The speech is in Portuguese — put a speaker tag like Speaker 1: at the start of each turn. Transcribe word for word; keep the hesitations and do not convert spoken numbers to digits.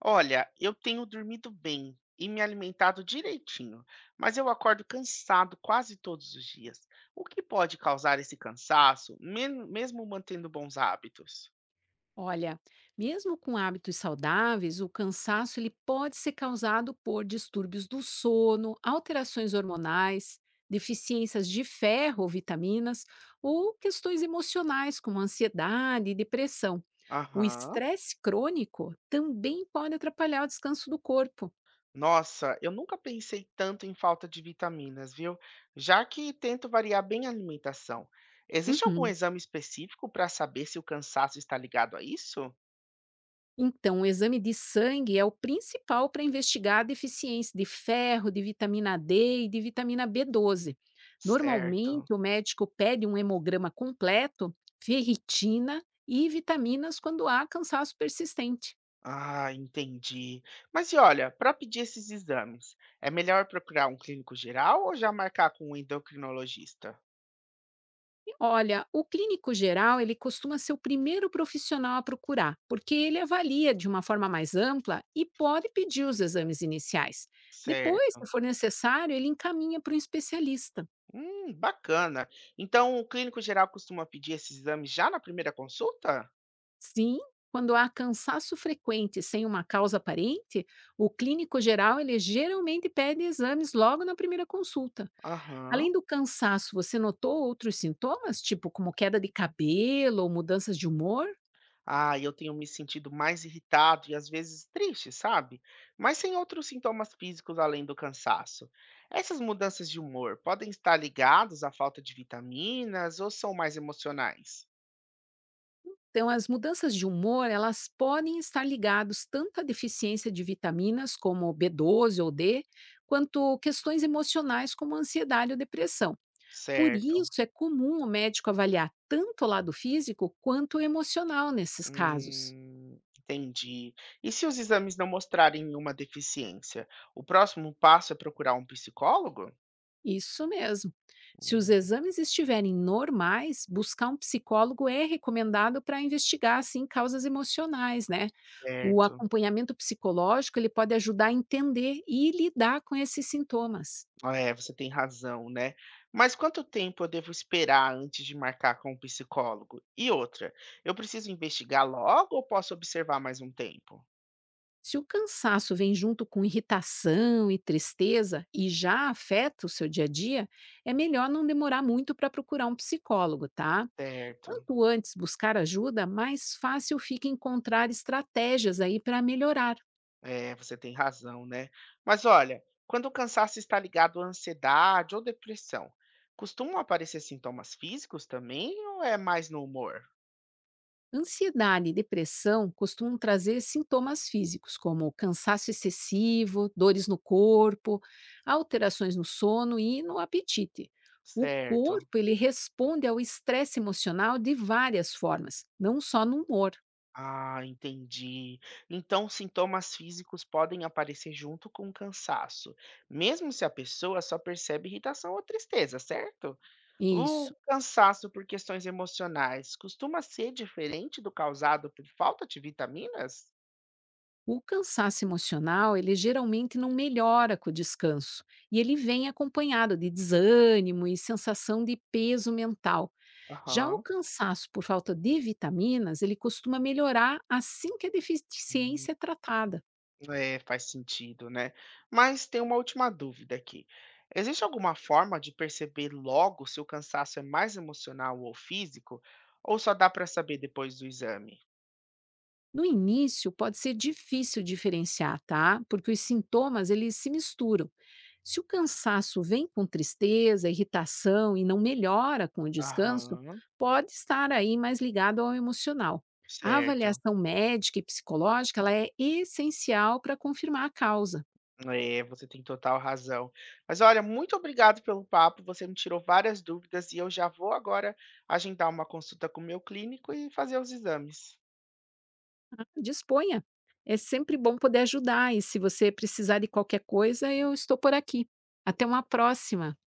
Speaker 1: Olha, eu tenho dormido bem e me alimentado direitinho, mas eu acordo cansado quase todos os dias. O que pode causar esse cansaço, men- mesmo mantendo bons hábitos?
Speaker 2: Olha, mesmo com hábitos saudáveis, o cansaço ele pode ser causado por distúrbios do sono, alterações hormonais, deficiências de ferro ou vitaminas, ou questões emocionais como ansiedade e depressão. O
Speaker 1: Aham.
Speaker 2: estresse crônico também pode atrapalhar o descanso do corpo.
Speaker 1: Nossa, eu nunca pensei tanto em falta de vitaminas, viu? Já que tento variar bem a alimentação. Existe algum
Speaker 2: Uhum.
Speaker 1: exame específico para saber se o cansaço está ligado a isso?
Speaker 2: Então, o exame de sangue é o principal para investigar a deficiência de ferro, de vitamina D e de vitamina B doze.
Speaker 1: Certo.
Speaker 2: Normalmente, o médico pede um hemograma completo, ferritina e vitaminas quando há cansaço persistente.
Speaker 1: Ah, entendi. Mas e olha, para pedir esses exames, é melhor procurar um clínico geral ou já marcar com um endocrinologista?
Speaker 2: E olha, o clínico geral, ele costuma ser o primeiro profissional a procurar, porque ele avalia de uma forma mais ampla e pode pedir os exames iniciais. Depois,
Speaker 1: Certo.
Speaker 2: se for necessário, ele encaminha para um especialista.
Speaker 1: Hum, bacana. Então, o clínico geral costuma pedir esses exames já na primeira consulta?
Speaker 2: Sim, quando há cansaço frequente sem uma causa aparente, o clínico geral ele geralmente pede exames logo na primeira consulta.
Speaker 1: Aham.
Speaker 2: Além do cansaço, você notou outros sintomas, tipo como queda de cabelo ou mudanças de humor?
Speaker 1: Ah, eu tenho me sentido mais irritado e às vezes triste, sabe? Mas sem outros sintomas físicos além do cansaço. Essas mudanças de humor podem estar ligadas à falta de vitaminas ou são mais emocionais?
Speaker 2: Então, as mudanças de humor, elas podem estar ligadas tanto à deficiência de vitaminas como B doze ou D, quanto questões emocionais como ansiedade ou depressão. Por
Speaker 1: Certo.
Speaker 2: isso, é comum o médico avaliar tanto o lado físico quanto o emocional nesses casos.
Speaker 1: Hum, entendi. E se os exames não mostrarem nenhuma deficiência, o próximo passo é procurar um psicólogo?
Speaker 2: Isso mesmo. Se os
Speaker 1: Hum,
Speaker 2: exames estiverem normais, buscar um psicólogo é recomendado para investigar assim causas emocionais, né? O
Speaker 1: Certo.
Speaker 2: acompanhamento psicológico ele pode ajudar a entender e lidar com esses sintomas.
Speaker 1: É, você tem razão, né? Mas quanto tempo eu devo esperar antes de marcar com o psicólogo? E outra, eu preciso investigar logo ou posso observar mais um tempo?
Speaker 2: Se o cansaço vem junto com irritação e tristeza e já afeta o seu dia a dia, é melhor não demorar muito para procurar um psicólogo, tá?
Speaker 1: Certo.
Speaker 2: Quanto antes buscar ajuda, mais fácil fica encontrar estratégias aí para melhorar.
Speaker 1: É, você tem razão, né? Mas olha, quando o cansaço está ligado à ansiedade ou depressão, costumam aparecer sintomas físicos também ou é mais no humor?
Speaker 2: Ansiedade e depressão costumam trazer sintomas físicos, como cansaço excessivo, dores no corpo, alterações no sono e no apetite. O
Speaker 1: Certo.
Speaker 2: corpo ele responde ao estresse emocional de várias formas, não só no humor.
Speaker 1: Ah, entendi. Então, sintomas físicos podem aparecer junto com o cansaço, mesmo se a pessoa só percebe irritação ou tristeza, certo? O
Speaker 2: Isso.
Speaker 1: cansaço por questões emocionais costuma ser diferente do causado por falta de vitaminas?
Speaker 2: O cansaço emocional, ele geralmente não melhora com o descanso, e ele vem acompanhado de desânimo e sensação de peso mental. Já o
Speaker 1: Aham.
Speaker 2: cansaço por falta de vitaminas, ele costuma melhorar assim que a deficiência é tratada.
Speaker 1: É, faz sentido, né? Mas tem uma última dúvida aqui. Existe alguma forma de perceber logo se o cansaço é mais emocional ou físico? Ou só dá para saber depois do exame?
Speaker 2: No início, pode ser difícil diferenciar, tá? Porque os sintomas eles se misturam. Se o cansaço vem com tristeza, irritação e não melhora com o descanso,
Speaker 1: Aham,
Speaker 2: pode estar aí mais ligado ao emocional. A
Speaker 1: certo.
Speaker 2: avaliação médica e psicológica ela é essencial para confirmar a causa.
Speaker 1: É, você tem total razão. Mas olha, muito obrigado pelo papo. Você me tirou várias dúvidas e eu já vou agora agendar uma consulta com o meu clínico e fazer os exames.
Speaker 2: Tá? Disponha. É sempre bom poder ajudar e se você precisar de qualquer coisa, eu estou por aqui. Até uma próxima.